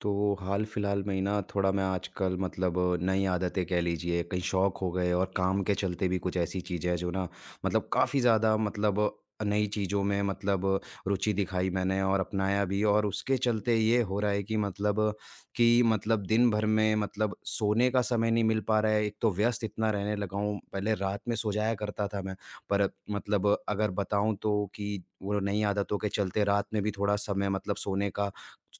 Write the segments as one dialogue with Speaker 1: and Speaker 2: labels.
Speaker 1: तो हाल फिलहाल में ही ना थोड़ा मैं आजकल मतलब नई आदतें कह लीजिए, कहीं शौक हो गए और
Speaker 2: जी,
Speaker 1: काम के चलते भी कुछ ऐसी चीज़ें हैं जो ना मतलब काफ़ी ज़्यादा, मतलब नई चीज़ों में मतलब रुचि दिखाई मैंने और अपनाया भी। और उसके चलते ये हो रहा है कि मतलब दिन भर में मतलब सोने का समय नहीं मिल पा रहा है। एक तो व्यस्त इतना रहने लगा हूँ, पहले रात में सो जाया करता था मैं। पर मतलब अगर बताऊँ तो कि वो नई आदतों के चलते रात में भी थोड़ा समय मतलब सोने का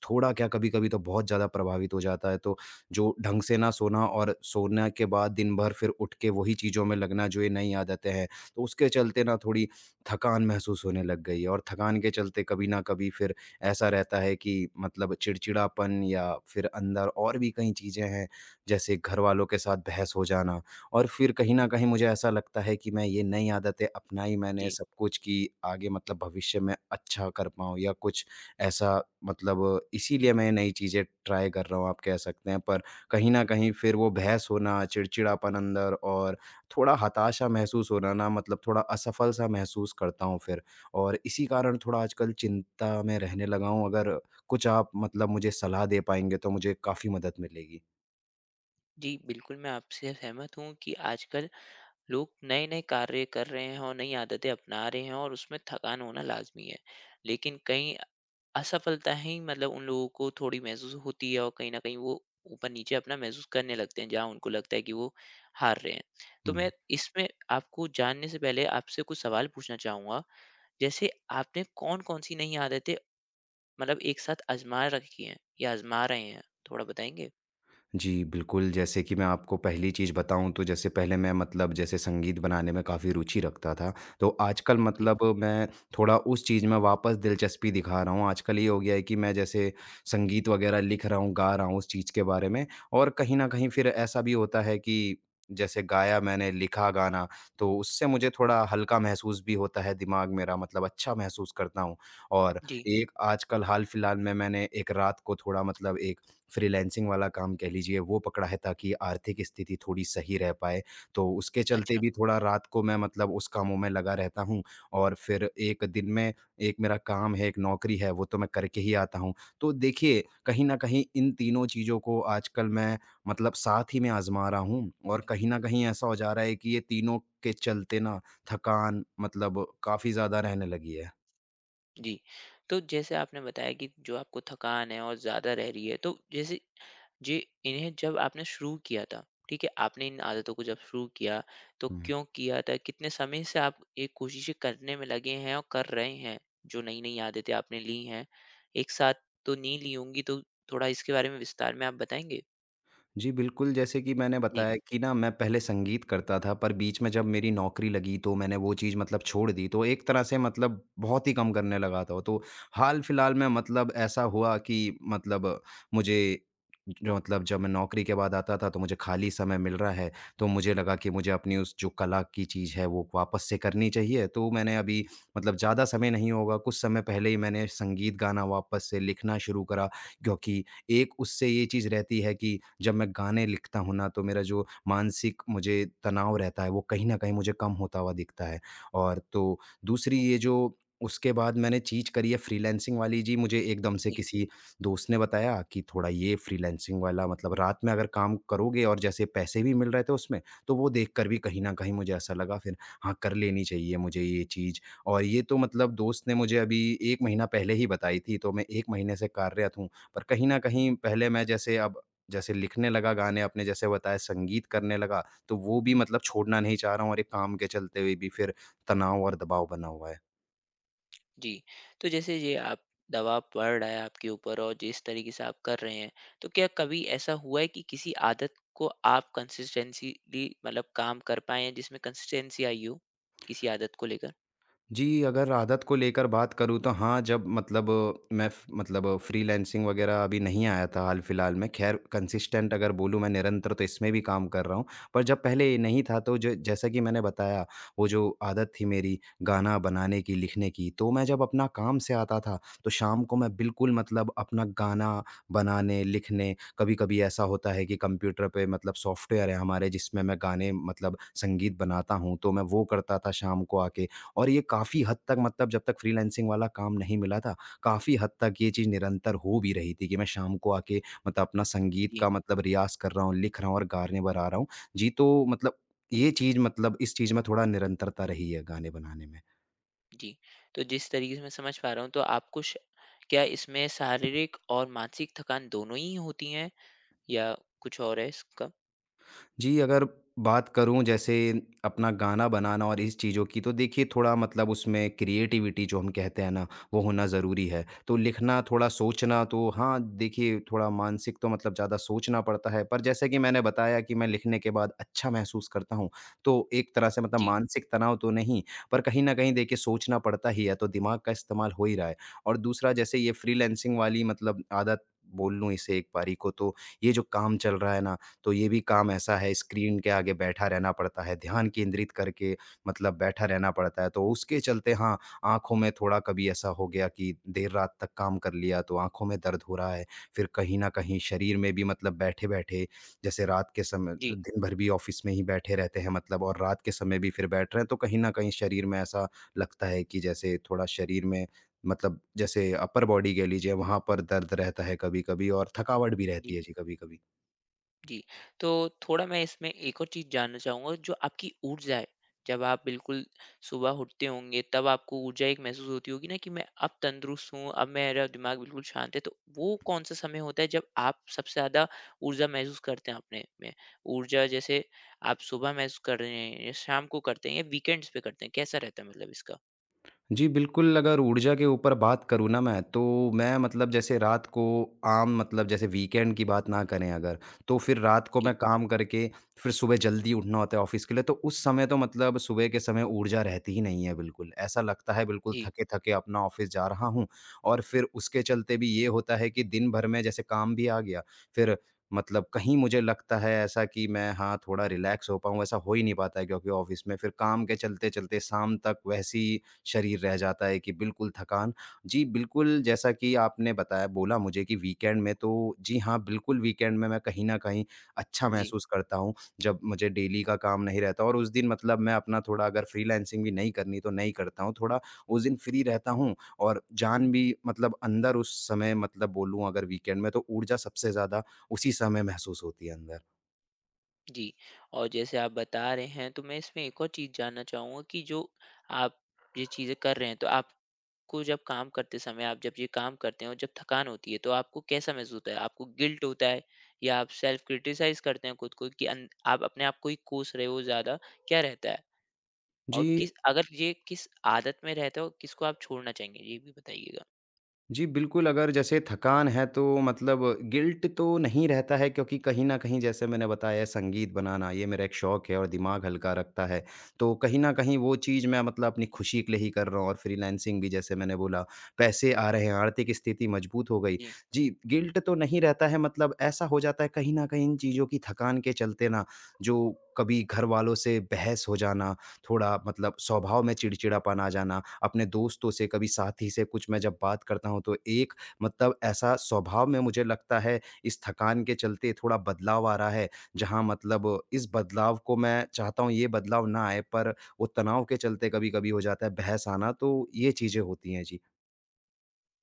Speaker 1: थोड़ा क्या, कभी-कभी तो बहुत ज़्यादा प्रभावित हो जाता है, तो जो ढंग से ना सोना और सोने के बाद दिन भर फिर उठ के वही चीज़ों में लगना जो ये नई आदतें हैं, तो उसके चलते ना थोड़ी थकान महसूस होने लग गई है। और थकान के चलते कभी ना कभी फिर ऐसा रहता है कि मतलब चिड़चिड़ापन या फिर अंदर और भी कई चीज़ें हैं, जैसे घरवालों के साथ बहस हो जाना। और फिर कहीं न कहीं मुझे ऐसा लगता है कि मैं ये नई आदतें अपनाई मैंने
Speaker 2: जी।
Speaker 1: सब कुछ कि आगे मतलब भविष्य में अच्छा कर पाऊँ या कुछ ऐसा मतलब, इसीलिए मैं नई चीज़ें ट्राई कर रहा हूँ आप कह सकते हैं। पर कहीं न कहीं फिर वो बहस होना, चिड़चिड़ापन अंदर और थोड़ा हताशा महसूस होना ना मतलब थोड़ा असफल सा महसूस करता हूँ फिर। और इसी कारण थोड़ा आजकल चिंता में रहने लगा हूँ। अगर कुछ आप मतलब मुझे सलाह दे पाएँगे तो मुझे काफ़ी मदद मिलेगी।
Speaker 2: जी, बिल्कुल मैं आपसे सहमत हूँ कि आजकल लोग नए-नए कार्य कर रहे हैं और नई आदतें अपना रहे हैं और उसमें थकान होना लाज़मी है। लेकिन कहीं असफलता ही मतलब उन लोगों को थोड़ी महसूस होती है और कहीं न कहीं वो ऊपर-नीचे अपना महसूस करने लगते हैं, जहाँ उनको लगता है कि वो हार रहे हैं। तो मैं
Speaker 1: हुँ।
Speaker 2: इसमें आपको जानने से पहले आपसे कुछ सवाल पूछना चाहूँगा। जैसे आपने कौन-कौन सी नई आदतें मतलब एक साथ आज़मा रखी हैं या आज़मा रहे हैं? थोड़ा बताएँगे?
Speaker 1: जी, बिल्कुल, जैसे कि मैं आपको पहली चीज़ बताऊँ तो जैसे पहले मैं मतलब जैसे संगीत बनाने में काफ़ी रुचि रखता था, तो आजकल
Speaker 2: जी।
Speaker 1: मतलब मैं थोड़ा उस चीज़ में वापस दिलचस्पी दिखा रहा हूँ। आजकल ये हो गया है कि मैं जैसे संगीत वगैरह लिख रहा हूँ, गा रहा हूँ उस चीज़ के बारे में। और कहीं न कहीं फिर ऐसा भी होता है कि जैसे गाया मैंने, लिखा गाना, तो उससे मुझे थोड़ा हल्का महसूस भी होता है, दिमाग मेरा मतलब अच्छा महसूस करता हूँ। और
Speaker 2: जी,
Speaker 1: एक आजकल हाल-फिलहाल में मैंने एक रात को थोड़ा मतलब एक फ्रीलांसिंग वाला काम कह लीजिए वो पकड़ा है, ताकि आर्थिक स्थिति थोड़ी सही रह पाए। तो उसके चलते
Speaker 2: अच्छा।
Speaker 1: भी थोड़ा रात को मैं मतलब उस कामों में लगा रहता हूँ। और फिर एक दिन में एक मेरा काम है, एक नौकरी है, वो तो मैं करके ही आता हूँ। तो देखिए, कहीं न कहीं इन तीनों चीज़ों को आजकल मैं मतलब साथ ही में आज़मा रहा हूँ और कहीं न कहीं ऐसा हो जा रहा है कि ये तीनों के चलते ना थकान मतलब काफ़ी ज़्यादा रहने लगी है।
Speaker 2: जी। तो जैसे आपने बताया कि जो आपको थकान है और ज़्यादा रह रही है, तो जैसे जे इन्हें जब आपने शुरू किया था, ठीक है? आपने इन आदतों को जब शुरू किया, तो
Speaker 1: हुँ।
Speaker 2: क्यों किया था? कितने समय से आप ये कोशिशें करने में लगे हैं और कर रहे हैं? जो नई-नई आदतें आपने ली हैं, एक साथ तो नहीं ली होंगी, तो थोड़ा इसके बारे में विस्तार में आप बताएँगे?
Speaker 1: जी, बिल्कुल, जैसे कि मैंने
Speaker 2: जी।
Speaker 1: बताया कि ना मैं पहले संगीत करता था, पर बीच में जब मेरी नौकरी लगी तो मैंने वो चीज़ मतलब छोड़ दी, तो एक तरह से मतलब बहुत ही कम करने लगा था। तो हाल-फिलहाल में मतलब ऐसा हुआ कि मतलब मुझे जो मतलब जब मैं नौकरी के बाद आता था तो मुझे खाली समय मिल रहा है, तो मुझे लगा कि मुझे अपनी उस जो कला की चीज़ है वो वापस से करनी चाहिए। तो मैंने अभी मतलब ज़्यादा समय नहीं होगा, कुछ समय पहले ही मैंने संगीत गाना वापस से लिखना शुरू करा, क्योंकि एक उससे ये चीज़ रहती है कि जब मैं गाने लिखता हूँ ना, तो मेरा जो मानसिक मुझे तनाव रहता है, वो कहीं न कहीं मुझे कम होता हुआ दिखता है। और तो दूसरी ये जो उसके बाद मैंने चीज़ करी है फ्रीलांसिंग वाली जी, मुझे एकदम से किसी दोस्त ने बताया कि थोड़ा ये फ्रीलांसिंग वाला मतलब रात में अगर काम करोगे, और जैसे पैसे भी मिल रहे थे उसमें, तो वो देखकर भी कहीं न कहीं मुझे ऐसा लगा फिर हाँ, कर लेनी चाहिए मुझे ये चीज़। और ये तो मतलब दोस्त ने मुझे अभी 1 महीना पहले ही बताई थी, तो मैं 1 महीने से कार्यरत हूँ। पर कहीं न कहीं पहले मैं जैसे अब जैसे लिखने लगा गाने, आपने जैसे बताया संगीत करने लगा, तो वो भी मतलब छोड़ना नहीं चाह रहा हूँ और एक काम के चलते हुए भी फिर तनाव और दबाव बना हुआ है।
Speaker 2: जी। तो जैसे ये आप दबाव पड़ रहा है आपके ऊपर और जिस तरीके से आप कर रहे हैं, तो क्या कभी ऐसा हुआ है कि किसी आदत को आप कंसिस्टेंसीली मतलब काम कर पाएँ हैं जिसमें कंसिस्टेंसी आई हो, किसी आदत को लेकर?
Speaker 1: जी, अगर आदत को लेकर बात करूँ तो हाँ, जब मतलब मैं फ मतलब फ्रीलांसिंग वगैरह अभी नहीं आया था हाल-फिलहाल में। ख़ैर कंसिस्टेंट अगर बोलूँ मैं निरंतर तो इसमें भी काम कर रहा हूँ। पर जब पहले नहीं था तो ज जैसा कि मैंने बताया, वो जो आदत थी मेरी गाना बनाने की, लिखने की, तो मैं जब अपना काम से आता था तो शाम को मैं बिल्कुल मतलब अपना गाना बनाने, लिखने कभी-कभी ऐसा होता है कि कंप्यूटर पे मतलब सॉफ्टवेयर है हमारे जिसमें मैं गाने मतलब संगीत बनाता हूँ, तो मैं वो करता था शाम को आके। और ये काफ़ी हद तक मतलब जब तक फ्रीलांसिंग वाला काम नहीं मिला था, काफ़ी हद तक ये चीज़ निरंतर हो भी रही थी कि मैं शाम को आके मतलब अपना संगीत
Speaker 2: जी,
Speaker 1: का मतलब रियाज़ कर रहा हूँ, लिख रहा हूँ और गाने बना रहा हूँ। जी, तो मतलब ये चीज़ मतलब इस चीज़ में थोड़ा निरंतरता रही है गाने बनाने में।
Speaker 2: जी। तो जिस तरीके से मैं समझ पा रहा हूँ तो आपको श क्या इसमें शारीरिक और मानसिक थकान दोनों ही होती हैं या कुछ और है इसका?
Speaker 1: जी, अगर बात करूँ जैसे अपना गाना बनाना और इस चीज़ों की तो देखिए थोड़ा मतलब उसमें क्रिएटिविटी जो हम कहते हैं ना, वो होना ज़रूरी है। तो लिखना, थोड़ा सोचना, तो हाँ, देखिए थोड़ा मानसिक तो मतलब ज़्यादा सोचना पड़ता है। पर जैसे कि मैंने बताया कि मैं लिखने के बाद अच्छा महसूस करता हूँ, तो एक तरह से मतलब
Speaker 2: जी,
Speaker 1: मानसिक तनाव तो नहीं, पर कहीं न कहीं देखिए सोचना पड़ता ही है, तो दिमाग का इस्तेमाल हो ही रहा है। और दूसरा जैसे ये फ्रीलांसिंग वाली मतलब आदत बोल लूँ इसे एक बारी को, तो ये जो काम चल रहा है ना, तो ये भी काम ऐसा है, स्क्रीन के आगे बैठा रहना पड़ता है, ध्यान केंद्रित करके मतलब बैठा रहना पड़ता है। तो उसके चलते हाँ, आँखों में थोड़ा कभी ऐसा हो गया कि देर रात तक काम कर लिया तो आँखों में दर्द हो रहा है। फिर कहीं न कहीं शरीर में भी मतलब बैठे-बैठे जैसे रात के समय
Speaker 2: जी,
Speaker 1: दिन भर भी ऑफ़िस में ही बैठे रहते हैं मतलब और रात के समय भी फिर बैठ रहे हैं, तो कहीं न कहीं शरीर में ऐसा लगता है कि जैसे थोड़ा शरीर में मतलब जैसे अपर बॉडी कह लीजिए, वहाँ पर दर्द रहता है कभी-कभी, और थकावट भी रहती
Speaker 2: जी।
Speaker 1: है जी कभी-कभी।
Speaker 2: जी, तो थोड़ा मैं इसमें एक और चीज़ जानना चाहूँगा जो आपकी ऊर्जा है, जब आप बिल्कुल सुबह उठते होंगे तब आपको ऊर्जा एक महसूस होती होगी ना कि मैं अब तंदुरुस्त हूँ, अब मेरा दिमाग बिल्कुल शांत है, तो वो कौन-सा समय होता है जब आप सबसे ज़्यादा ऊर्जा महसूस करते हैं अपने में? ऊर्जा जैसे आप सुबह महसूस कर रहे हैं या शाम को करते हैं या वीकेंड्स पे करते हैं, कैसा रहता है मतलब इसका?
Speaker 1: जी, बिल्कुल, अगर ऊर्जा के ऊपर बात करूँ ना मैं, तो मैं मतलब जैसे रात को आम मतलब जैसे वीकेंड की बात ना करें अगर, तो फिर रात को
Speaker 2: जी,
Speaker 1: मैं काम करके फिर सुबह जल्दी उठना होता है ऑफ़िस के लिए, तो उस समय तो मतलब सुबह के समय ऊर्जा रहती ही नहीं है बिल्कुल। ऐसा लगता है बिल्कुल
Speaker 2: जी,
Speaker 1: थके-थके अपना ऑफ़िस जा रहा हूँ और फिर उसके चलते भी ये होता है कि दिन भर में जैसे काम भी आ गया, फिर मतलब कहीं मुझे लगता है ऐसा कि मैं हाँ, थोड़ा रिलैक्स हो पाऊँ, ऐसा हो ही नहीं पाता है, क्योंकि ऑफ़िस में फिर काम के चलते-चलते शाम तक वैसी शरीर रह जाता है कि बिल्कुल थकान। जी, बिल्कुल जैसा कि आपने बताया बोला मुझे कि वीकेंड में तो जी हाँ, बिल्कुल वीकेंड में मैं कहीं न कहीं अच्छा
Speaker 2: जी,
Speaker 1: महसूस करता हूँ, जब मुझे डेली का काम नहीं रहता और उस दिन मतलब मैं अपना थोड़ा अगर फ्रीलांसिंग भी नहीं करनी तो नहीं करता हूँ, थोड़ा उस दिन फ्री रहता हूँ, और जान भी मतलब अंदर उस समय मतलब बोलूँ अगर वीकेंड में तो ऊर्जा सबसे ज़्यादा उसी समय महसूस होती है अंदर।
Speaker 2: जी। और जैसे आप बता रहे हैं तो मैं इसमें एक और चीज़ जानना चाहूँगा कि जो आप ये चीज़ें कर रहे हैं, तो आप को जब काम करते समय आप जब ये काम करते हो जब थकान होती है तो आपको कैसा महसूस होता है? आपको गिल्ट होता है या आप सेल्फ क्रिटिसाइज़ करते हैं खुद को कि अन आप अपने आप को ही कोस रहे हो ज़्यादा, क्या रहता है? और
Speaker 1: जी।
Speaker 2: किस अगर ये किस आदत में रहते हो, किसको आप छोड़ना चाहेंगे? ये भी बताइएगा?
Speaker 1: जी, बिल्कुल, अगर जैसे थकान है तो मतलब गिल्ट तो नहीं रहता है, क्योंकि कहीं न कहीं जैसे मैंने बताया संगीत बनाना ये मेरा एक शौक है और दिमाग हल्का रखता है। तो कहीं न कहीं वो चीज़ मैं मतलब अपनी खुशी के लिए ही कर रहा हूँ और फ्रीलांसिंग भी जैसे मैंने बोला, पैसे आ रहे हैं, आर्थिक स्थिति मजबूत हो गई।
Speaker 2: जी।
Speaker 1: जी, गिल्ट तो नहीं रहता है, मतलब ऐसा हो जाता है कहीं न कहीं इन चीज़ों की थकान के चलते ना, जो कभी घरवालों से बहस हो जाना, थोड़ा मतलब स्वभाव में चिड़चिड़ापन आ जाना, अपने दोस्तों से, कभी साथी से कुछ मैं जब बात करता हूँ, तो एक मतलब ऐसा स्वभाव में मुझे लगता है, इस थकान के चलते थोड़ा बदलाव आ रहा है, जहाँ मतलब इस बदलाव को मैं चाहता हूँ, ये बदलाव ना आए, पर वो तनाव के चलते कभी-कभी हो जाता है बहस आना, तो ये चीज़ें होती हैं। जी।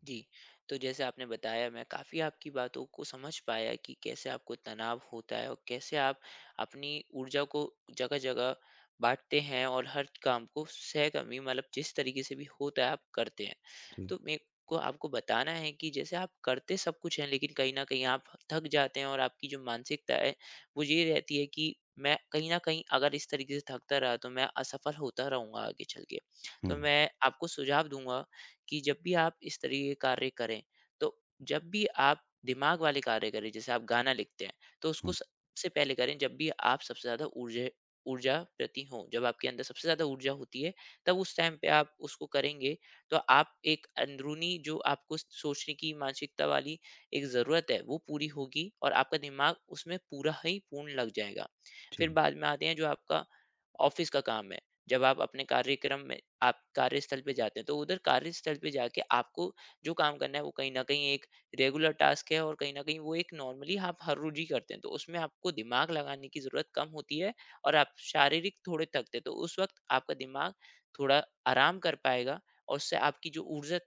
Speaker 2: जी, तो जैसे आपने बताया मैं काफ़ी आपकी बातों को समझ पाया कि कैसे आपको तनाव होता है और कैसे आप अपनी ऊर्जा को जगह-जगह बाँटते हैं और हर काम को सहकर्मी मतलब जिस तरीके से भी होता है आप करते हैं।
Speaker 1: जी।
Speaker 2: तो मेरे को आपको बताना है कि जैसे आप करते सब कुछ हैं लेकिन कहीं न कहीं आप थक जाते हैं और आपकी जो मानसिकता है वो ये रहती है कि मैं कहीं न कहीं अगर इस तरीके से थकता रहा तो मैं असफल होता रहूँगा आगे चल के।
Speaker 1: हुँ,
Speaker 2: तो मैं आपको सुझाव दूँगा कि जब भी आप इस तरीके के कार्य करें, तो जब भी आप दिमाग वाले कार्य करें, जैसे आप गाना लिखते हैं, तो उसको
Speaker 1: हुँ।
Speaker 2: सबसे पहले करें जब भी आप सबसे ज़्यादा ऊर्जे ऊर्जा प्रति हों। जब आपके अंदर सबसे ज़्यादा ऊर्जा होती है, तब उस टाइम पे आप उसको करेंगे, तो आप एक अंदरूनी जो आपको सोचने की मानसिकता वाली एक ज़रूरत है, वो पूरी होगी और आपका दिमाग उसमें पूरा ही पूर्ण लग जाएगा। फिर
Speaker 1: जी,
Speaker 2: बाद में आते हैं जो आपका ऑफ़िस का काम है। जब आप अपने कार्यक्रम में आप कार्यस्थल पे जाते हैं तो उधर कार्यस्थल पे जाके आपको जो काम करना है वो कहीं न कहीं एक रेगुलर टास्क है और कहीं न कहीं वो एक नॉर्मली आप हर रोज़ ही करते हैं। तो उसमें आपको दिमाग लगाने की ज़रूरत कम होती है और आप शारीरिक थोड़े थकते हैं। तो उस वक़्त आपका दिमाग थोड़ा आराम कर पाएगा और उससे आपकी जो ऊर्जा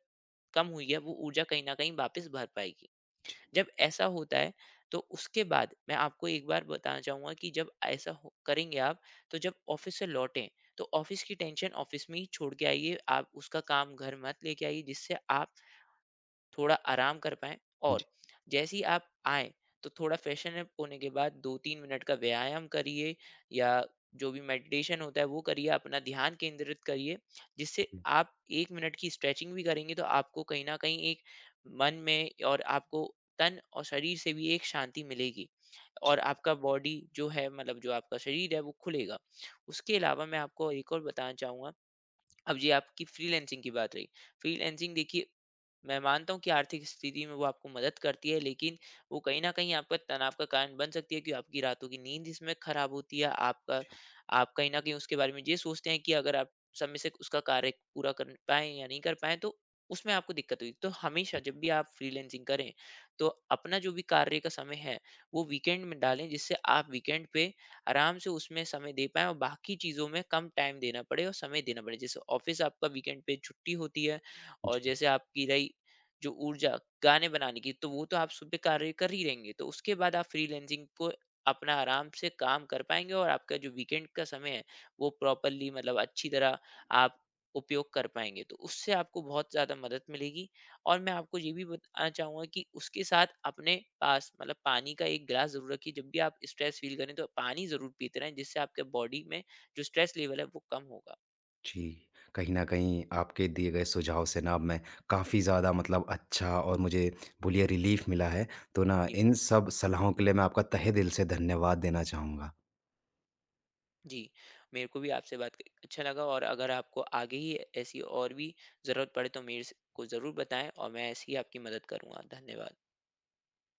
Speaker 2: कम हुई है वो ऊर्जा कहीं न कहीं वापस भर पाएगी।
Speaker 1: जी,
Speaker 2: जब ऐसा होता है तो उसके बाद मैं आपको एक बार बताना चाहूंगा कि जब ऐसा करेंगे आप, तो जब ऑफिस से लौटें तो ऑफिस की टेंशन ऑफिस में ही छोड़ के आइए, आप उसका काम घर मत लेके आइए, जिससे आप थोड़ा आराम कर पाएँ।
Speaker 1: जी,
Speaker 2: और जैसे ही आप आएँ, तो थोड़ा फ्रेशन अप होने के बाद 2-3 मिनट का व्यायाम करिए या जो भी मेडिटेशन होता है वो करिए, अपना ध्यान केंद्रित करिए, जिससे
Speaker 1: जी,
Speaker 2: आप 1 मिनट की स्ट्रेचिंग भी करेंगे तो आपको कहीं न कहीं एक मन में और आपको तन और शरीर से भी एक शांति मिलेगी
Speaker 1: जी,
Speaker 2: और आपका बॉडी जो है मतलब जो आपका शरीर है वो खुलेगा। उसके अलावा मैं आपको एक और बताना चाहूँगा, अब जी आपकी फ्रीलैंसिंग की बात रही। फ्रीलैंसिंग देखिए, मैं मानता हूँ कि आर्थिक स्थिति में वो आपको मदद करती है, लेकिन वो कहीं न कहीं आपका तनाव का कारण बन सकती है कि आपकी रातों की नींद इसमें ख़राब होती है। आपका आप कहीं न कहीं उसके बारे में ये सोचते हैं कि अगर आप समय से उसका कार्य पूरा कर पाएँ या नहीं कर पाएँ तो उसमें आपको दिक्कत हुई। तो हमेशा जब भी आप फ्रीलैंसिंग करें तो अपना जो भी कार्य का समय है वो वीकेंड में डालें, जिससे आप वीकेंड पे आराम से उसमें समय दे पाएँ और बाकी चीज़ों में कम टाइम देना पड़े और समय देना पड़े। जैसे ऑफ़िस आपका वीकेंड पे छुट्टी होती है, और
Speaker 1: जी।
Speaker 2: जैसे आपकी रही जो ऊर्जा गाने बनाने की, तो वो तो आप सुबह कार्य कर ही लेंगे। तो उसके बाद आप फ्रीलांसिंग को अपना आराम से काम कर पाएँगे और आपका जो वीकेंड का समय है, वो प्रॉपरली मतलब अच्छी तरह आप उपयोग कर पाएँगे। तो उससे आपको बहुत ज़्यादा मदद मिलेगी। और मैं आपको ये भी बताना चाहूँगा कि उसके साथ अपने पास मतलब पानी का एक ग्लास ज़रूर रखिए। जब भी आप स्ट्रेस फ़ील करें तो पानी ज़रूर पीते रहें, जिससे आपके बॉडी में जो स्ट्रेस लेवल है वो कम होगा।
Speaker 1: जी, कहीं न कहीं आपके दिए गए सुझाव से ना अब मैं काफ़ी ज़्यादा मतलब अच्छा और मुझे बोलिए रिलीफ़ मिला है। तो ना
Speaker 2: जी,
Speaker 1: इन सब सलाहों के लिए मैं आपका तहे दिल से धन्यवाद देना चाहूँगा।
Speaker 2: जी। मेरे को भी आपसे बात करके अच्छा लगा और अगर आपको आगे ही ऐसी और भी ज़रूरत पड़े तो मेरे से को ज़रूर बताएँ और मैं ऐसे ही आपकी मदद करूँगा। धन्यवाद।